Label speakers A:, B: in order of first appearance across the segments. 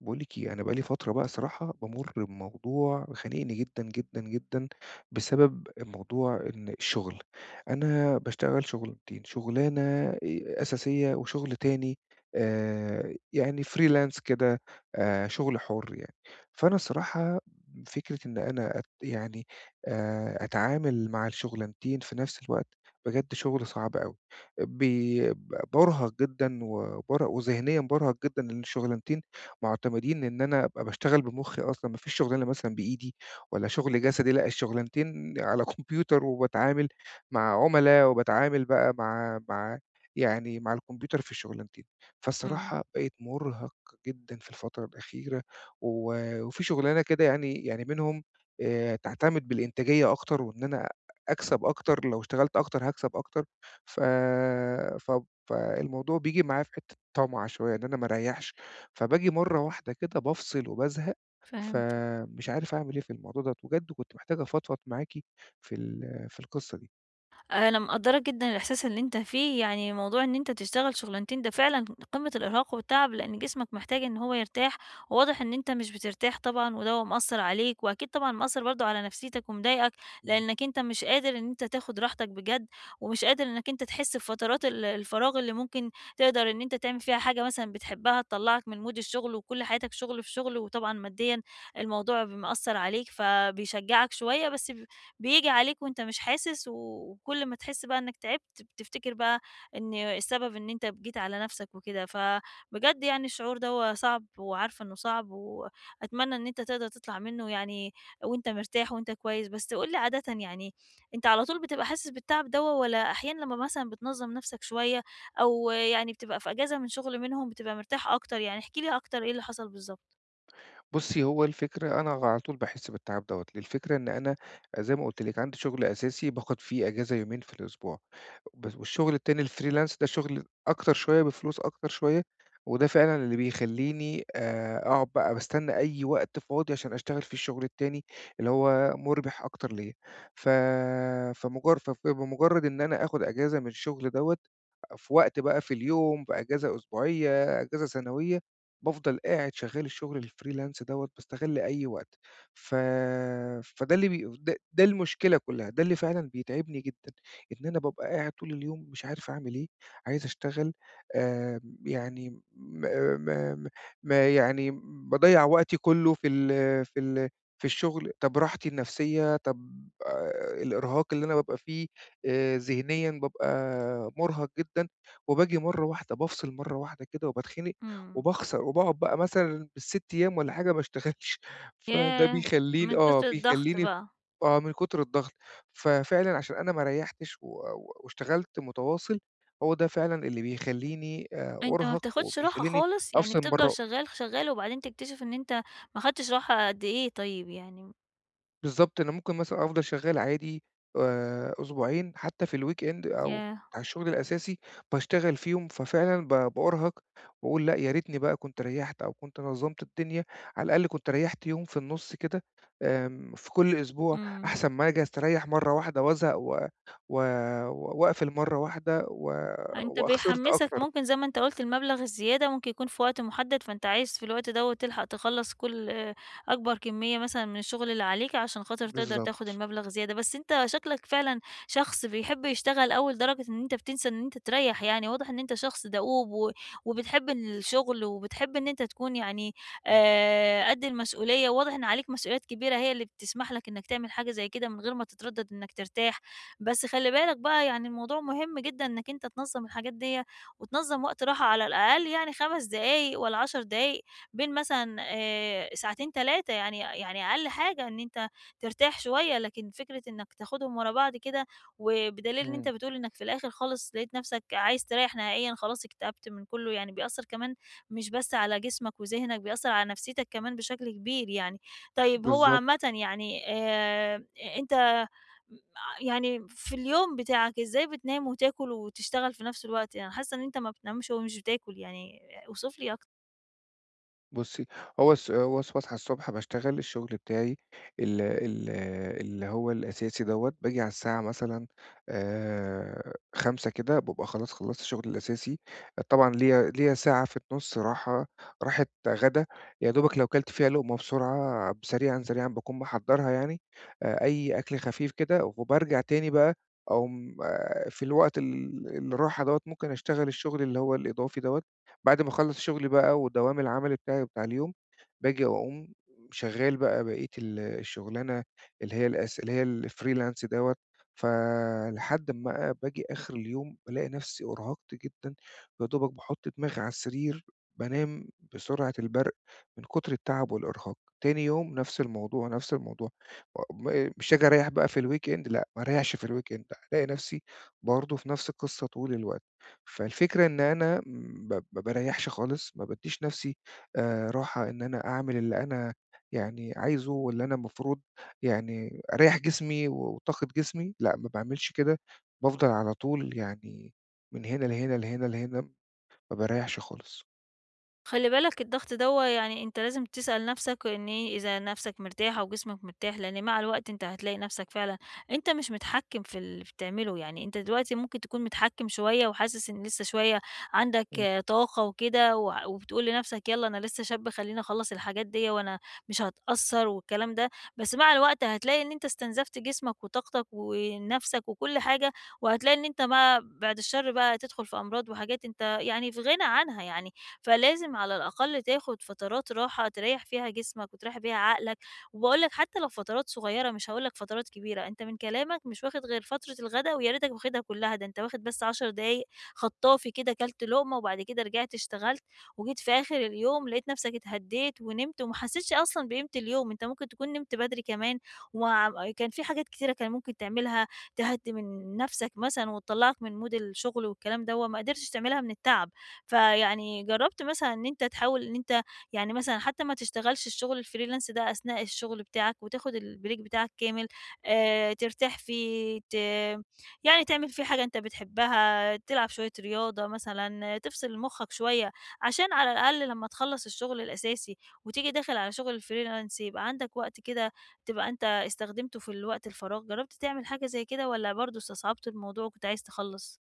A: باقول لِك إيه، أنا بقى لي فترة بقى صراحة بامُر بموضوع خانقني جدًا، جدًا، جدًا بسبب موضوع إن الشغل. أنا باشتغل شغلانتين، شغلانة آآ أساسية وشغل تاني يعني freelance كده شغل حُر يعني. فأنا الصراحة فكرة إن أنا يعني أتعامل مع الشغلانتين في نفس الوقت، بجد شغل صعب أوي. بي ب بارهق جدًا وذهنيًا بارهق جدًا لإن الشغلانتين معتمدين إن أنا أبقى باشتغل بمُخّي أصلًا، ما فيش شُغلانة مثلًا بإيدي والّا شُغل جسدي، لأ الشُغلانتين على كمبيوتر وباتعامل مع عُملا وباتعامل بقى مع يعني مع الكمبيوتر في الشُغلانتين.
B: إمم،
A: فالصراحة بقيت مُرهَق جدًا في الفترة الأخيرة و وفي شُغلانة كده يعني منهم تعتمد بالإنتاجية أكتر وإن أنا أكسب أكتر، لو اشتغلت أكتر هاكسب أكتر، ف ف فالموضوع بييجي معايا في حتّة طمع شوية، إن أنا ما أريّحش فباجي مرّة واحدة كده بافصل وبازهق،
B: فهمتك.
A: فمش عارف أعمل إيه في الموضوع دوّة، بجد كنت محتاج أفضفض معاكِ في القصة دي.
B: أنا مقدّرة جدًا الإحساس اللي أنت فيه، يعني موضوع إن أنت تشتغل شغلانتين ده فعلًا قمة الإرهاق والتعب، لإن جسمك محتاج إن هو يرتاح، وواضح إن أنت مش بترتاح طبعًا وده هو مأثّر عليك، وأكيد طبعًا مأثّر برضه على نفسيتك ومضايقك،
A: إمم.
B: لإنك أنت مش قادر إن أنت تاخد راحتك بجد، ومش قادر إنك أنت تحس بفترات الفراغ اللي ممكن تقدر إن أنت تعمل فيها حاجة مثلًا بتحبها تطلّعك من مود الشغل، وكل حياتك شغل في شغل، وطبعًا ماديًا الموضوع مأثّر عليك، فبيشجعك شوية بس بييجي عليك وأنت مش حاسس، وكل ما تحس بقى إنك تعبت بتفتكر بقى إن السبب إن أنت جيت على نفسك وكده، فبجد يعني الشعور دوّة صعب وعارفة إنه صعب، وأتمنى إن أنت تقدر تطلع منه يعني وأنت مرتاح وأنت كويس، بس قُل لي عادةً يعني أنت على طول بتبقى حاسس بالتعب دوّة والّا أحيانًا لمّا مثلًا بتنظم نفسك شوية أو يعني بتبقى في إجازة من شغل منهم بتبقى مرتاح أكتر؟ يعني احكِ لي أكتر إيه اللي حصل بالضبط؟
A: بُصّي، هو الفكرة أنا على طول باحس بالتعب دوّة. الفكرة إن أنا زي ما قُلت لِك عندي شغل أساسي باخد فيه إجازة يومين في الأسبوع. بس والشغل التاني الfreelance ده شغل أكتر شوية، بفلوس أكتر شوية، وده فعلًا اللي بيخلّيني أقعد بقى باستنى أي وقت فاضي عشان أشتغل فيه الشغل التاني، اللي هو مُربح أكتر ليّا. ف فمجر فف بمجرد إن أنا آخد أجازة من الشغل دوّة، في وقت بقى في اليوم، بأجازة أسبوعية، أجازة سنوية، بافضل قاعد شغّال الشغل الfreelance دوّة، باستغل أي وقت. ف فده اللي بي د ده المشكلة كلّها. ده اللي فعلًا بيتعبني جدًا. إن أنا بابقى قاعد طول اليوم مش عارف أعمل إيه، عايز أشتغل آآ يعني م م م- ما يعني باضيّع وقتي كُلّه في الشغل، طَب راحتي النفسية، طَب الإرهاق اللي أنا بابقى فيه ذهنيًا بابقى مُرهَق جدًا، وباجي مرّة واحدة بافصل مرّة واحدة كده وباتخنق
B: إمم.
A: وباخسر وباقعد بقى مثلًا بال6 أيام والّا حاجة ما اشتغلش. فده
B: ياه!
A: بيخلّيني
B: من
A: آه،
B: كتر الضغط
A: بيخلّيني
B: بقى.
A: آه، من كتر الضغط، ففعلًا عشان أنا ما ريّحتش و و واشتغلت متواصل، هو ده فعلًا اللي بيخلّيني
B: أنت ما
A: أُرهق
B: بتاخدش راحة
A: وبيخلّيني
B: خالص، يعني
A: أفصل
B: بتفضل
A: برّه
B: شغال، شغال، وبعدين تكتشف إن أنت ما خدتش راحة قد إيه طيب يعني؟
A: بالضبط. أنا ممكن مثلًا أفضل شغّال عادي أسبوعين حتّى في الweekend أو
B: ياه!
A: بتاع الشغل الأساسي باشتغل فيهم، ففعلًا بأُرهَق وأقول لأ يا ريتني بقى كنت ريّحت أو كنت نظّمت الدنيا، على الأقل كنت ريّحت يوم في النُص كده في كل أسبوع،
B: إمم.
A: أحسن ما آجي أستريّح مرّة واحدة وأزهق و و وأقفل مرّة واحدة
B: أنت
A: وخسرت
B: بيحمّسك
A: أكتر.
B: ممكن زي ما أنت قُلت المبلغ الزيادة ممكن يكون في وقت محدد، فأنت عايز في الوقت دوّة تلحق تخلّص كل آه، أكبر كمية مثلًا من الشغل اللي عليك عشان خاطر تقدر
A: بالضبط،
B: تاخد المبلغ زيادة، بس أنت شكلك فعلًا شخص بيحب يشتغل أوي لدرجة إن أنت بتنسى إن أنت تريّح يعني، واضح إن أنت شخص دؤوب وبتحب الشغل وبتحب إن أنت تكون يعني
A: إمم،
B: قد المسؤولية، وواضح إن عليك مسؤوليات كبيرة هي اللي بتسمح لك إنّك تعمل حاجة زي كده من غير ما تتردد إنّك ترتاح. بس خلّي بالك بقى يعني الموضوع مهم جدًا إنك أنت تنظّم الحاجات ديّة، وتنظّم وقت راحة على الأقل يعني 5 دقايق والّا 10 دقايق بين مثلًا ساعتين 3 يعني يعني أقل حاجة إن أنت ترتاح شوية، لكن فكرة إنك تاخدهم ورا بعض كده، وبدليل إن أنت
A: إمم،
B: بتقول إنك في الآخر خالص لقيت نفسك عايز تريّح نهائيًا خلاص اكتئبت من كلّه، يعني بيأثّر كمان مش بس على جسمك وذهنك، بيأثّر على نفسيتك كمان بشكل كبير يعني. طيب هو
A: بالضبط.
B: عامةً يعني أنت يعني في اليوم بتاعك إزاي بتنام وتاكل وتشتغل في نفس الوقت؟ أنا حاسة إن أنت ما بتنامش ومش بتاكل يعني اوصف لي أكتر.
A: بُصّي، هو الص هو الص باصحى الصبح باشتغل الشغل بتاعي ال ال اللي هو الأساسي دوّة. باجي على الساعة مثلًا 17:00 كده. بابقى خلاص خلّصت شغلي الأساسي. طبعًا ليّا ساعة في النُص راحة، راحة غدا. يا دوبك لو كلت فيها لقمة بسرعة سريعًا، سريعًا باكون محضّرها يعني. أي أكل خفيف كده. وبارجع تاني بقى أقوم في الوقت الراحة دوّة ممكن أشتغل الشغل اللي هو الإضافي دوّة. بعد ما أخلّص شغلي بقى ودوام العمل بتاعي بتاع اليوم، باجي أقوم شغّال بقى بقية الشغلانة اللي هي الfreelance دوّة. فلحد أمّا باجي آخر اليوم بالاقي نفسي أُرهقت جدًا. يا دوبك باحُط دماغي على السرير بانام بسرعة البرق من كتر التعب والإرهاق. تاني يوم نفس الموضوع، نفس الموضوع. مش آجي أريّح بقى في الweekend لأ. ما أريّحش في الweekend ألاقي نفسي برضه في نفس القصة طول الوقت. فالفكرة إن أنا ما باريّحش خالص. ما بادّيش نَفْسي راحة إن أنا أعمل اللي أنا يعني عايزه واللي أنا المفروض يعني أريّح جسمي وطاقة جسمي. لأ ما باعملش كده. بافضل على طول يعني من هنا لهنا، لهنا لهنا، ما باريّحش خالص.
B: خلّي بالك الضغط دوّة يعني أنت لازم تسأل نَفْسك إن إيه، إذا نَفْسك مرتاح أو جسمك مرتاح، لإن مع الوقت أنت هتلاقي نَفْسك فعلًا أنت مش متحكّم في اللي بتعمله، يعني أنت دلوقتي ممكن تكون متحكّم شوية وحاسس إن لسه شوية عندك
A: إمم.
B: آه، طاقة وكده وبتقول لنَفْسك يالّا أنا لسه شاب خلّيني أخلّص الحاجات ديّة وأنا مش هاتأثّر والكلام ده، بس مع الوقت هتلاقي إن أنت استنزفت جسمك وطاقتك ونَفْسك وكل حاجة، وهتلاقي إن أنت بقى بعد الشر بقى هتدخُل في أمراض وحاجات أنت يعني في غنى عنها يعني. فلازم على الأقل تاخد فترات راحة تريّح فيها جسمك وتريّح بيها عقلك، وباقول لك حتى لو فترات صغيرة مش هاقول لك فترات كبيرة، أنت من كلامك مش واخد غير فترة الغدا ويا ريتك واخدها كلها، ده أنت واخد بس 10 دقايق خطافي كده كلت لقمة وبعد كده رجعت اشتغلت، وجيت في آخر اليوم لقيت نفسك اتهديت ونمت وما حسيتش أصلًا بقيمة اليوم، أنت ممكن تكون نمت بدري كمان وع كان في حاجات كتيرة كان ممكن تعملها تهدي من نفسك مثلًا وتطلّعك من مود الشغل والكلام دوّة، ما قدرتش تعملها من التعب. فيعني جرّبت مثلًا إن أنت تحاول إن أنت يعني مثلًا حتى ما تشتغلش الشغل الfreelance ده أثناء الشغل بتاعك وتاخد الbreak بتاعك كامل، ترتاح فيه، يعني تعمل فيه حاجة أنت بتحبها، تلعب شوية رياضة مثلًا، آه، تفصل مُخّك شوية، عشان على الأقل لمّا تخلّص الشغل الأساسي وتيجي داخل على شغل الfreelance يبقى عندك وقت كده تبقى أنت استخدمته في الوقت الفراغ، جرّبت تعمل حاجة زي كده والّا برضه استصعبت الموضوع وكنت عايز تخلّص؟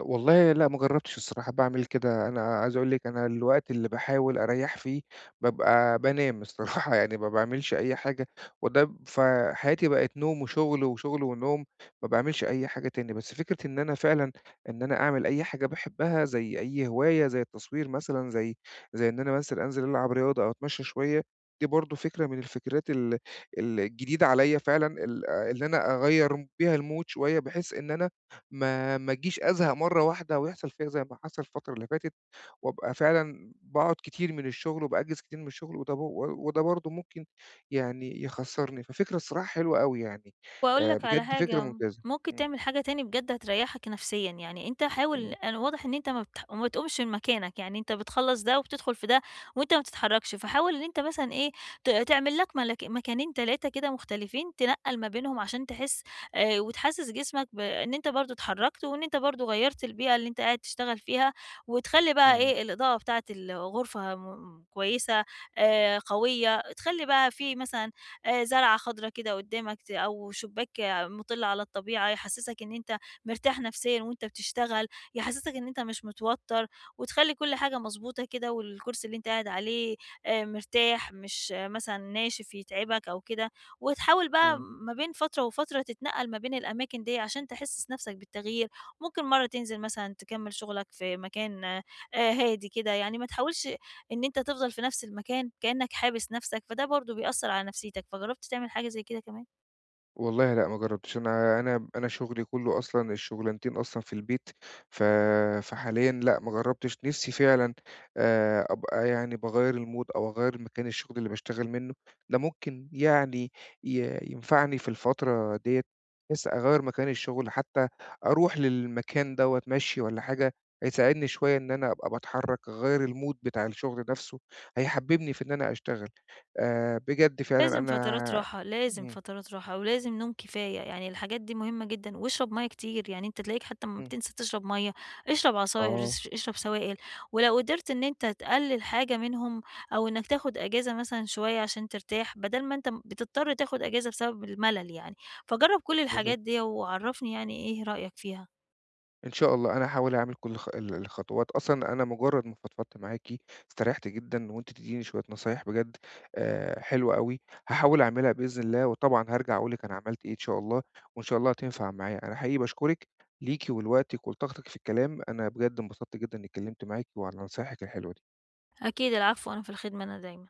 A: والله لأ، ما جرّبتش الصراحة باعمل كده. أنا عايز أقول لِك أنا الوقت اللي باحاول أريّح فيه بابقى بانام الصراحة. يعني ما باعملش أي حاجة. وده ب فحياتي بقت نوم وشغل، وشغل ونوم. ما باعملش أي حاجة تاني. بس فكرة إن أنا فعلًا إن أنا أعمل أي حاجة باحبها، زي أي هواية، زي التصوير مثلًا، زي إن أنا مثلًا أنزل ألعب رياضة أو أتمشى شوية. دي برضه فكرة من الفكرات ال ال الجديدة عليَّ فعلًا، ال آه، اللي أنا أغيّر بيها الmood شوية، بحيث إن أنا ما اجيش أزهق مرّة واحدة ويحصل فيّا زي ما حصل الفترة اللي فاتت. وأبقى فعلًا باقعد كتير من الشغل وباأجّز كتير من الشغل وده برضه ممكن يعني يخسّرني. ففكرة الصراحة حلوة أوي يعني.
B: وأقول لك على
A: بجد فكرة
B: حاجة،
A: ممتازة.
B: ممكن
A: إمم،
B: تعمل حاجة تاني بجد هتريّحك نفسيًا، يعني أنت حاول
A: إمم،
B: أنا واضح إن أنت ما بتقومش من مكانك، يعني أنت بتخلّص ده وبتدخل في ده وأنت ما بتتحركش، فحاول إن أنت مثلًا إيه تعمل لك ملك مكانين 3 كده مختلفين تنقّل ما بينهم عشان تحس وتحسّس جسمك بإن أنت برضه اتحركت وإن أنت برضه غيّرت البيئة اللي أنت قاعد تشتغل فيها، وتخلّي بقى
A: إمم،
B: إيه الإضاءة بتاعة الغرفة كويسة قوية، تخلّي بقى في مثلًا زرعة خضرا كده قدامك أو شباك آه، مُطِل على الطبيعة، يحسسك إن أنت مرتاح نفسيًا وأنت بتشتغل، يحسسك إن أنت مش متوتر، وتخلّي كل حاجة مضبوطة كده، والكرسي اللي أنت قاعد عليه مرتاح، مش آه، مثلًا ناشف يتعبك أو كده، وتحاول بقى
A: إمم.
B: ما بين فترة وفترة تتنقل ما بين الأماكن ديّة عشان تحسس نفسك بالتغيير، ممكن مرة تنزل مثلًا تكمّل شغلك في مكان هادي كده، يعني ما تحاولش إن أنت تفضل في نفس المكان، كأنك حابس نفسك، فده برضه بيأثّر على نفسيتك، فجرّبت تعمل حاجة زي كده كمان؟
A: والله لأ، ما جرّبتش. أنا شُغلي كُلّه أصلًا الشُغلانتين أصلًا في البيت. ف فحاليًا لأ، ما جرّبتش. نِفْسي فعلًا أبقى يعني باغيّر الmood أو أغيّر مكان الشُغل اللي باشتغل منّه. ده ممكن يعني ينفعني في الفترة ديّة بحيث أغيّر مكان الشُغل، حتّى أروح للمكان دوّة مَشْي والّا حاجة. هيساعدني شوية إن أنا أبقى باتحرّك، أغيّر الmood بتاع الشُغل نَفْسه. هيحبّبني في إن أنا أشتغل. بجد فعلًا
B: لازم فترات
A: أنا
B: راحة، لازم
A: إمم،
B: فترات راحة، ولازم نوم كفاية، يعني الحاجات دي مهمة جدًا، واشرب مَيّة كتير، يعني أنت تلاقيك حتى أمّا
A: إمم.
B: بتنسى تشرب مَيّة، اشرب عصاير،
A: آه،
B: اشرب سوائل، ولو قدرت إن أنت تقلل حاجة منهم أو إنك تاخد أجازة مثلًا شوية عشان ترتاح، بدل ما أنت بتضطر تاخد أجازة بسبب الملل يعني، فجرّب كل
A: بالضبط.
B: الحاجات دي وعرّفني يعني إيه رأيك فيها.
A: إن شاء الله أنا هاحاول أعمل كل الخطوات. أصلًا أنا مجرّد ما فضفضت معاكِ استريّحت جدًا وأنتِ تدّيني شوية نصايح بجد حلوة أوي. هاحاول أعملها بإذن الله وطبعًا هارجع أقول لِك أنا عملت إيه إن شاء الله. وإن شاء الله هتنفع معايا. أنا حقيقي باشكرِك، ليكِ ولوقتِك ولطاقتِك في الكلام. أنا بجد انبسطت جدًا إنّي اتكلّمت معاكِ وعلى نصايحِك الحلوة
B: أكيد العفو، أنا في الخدمة أنا دايمًا.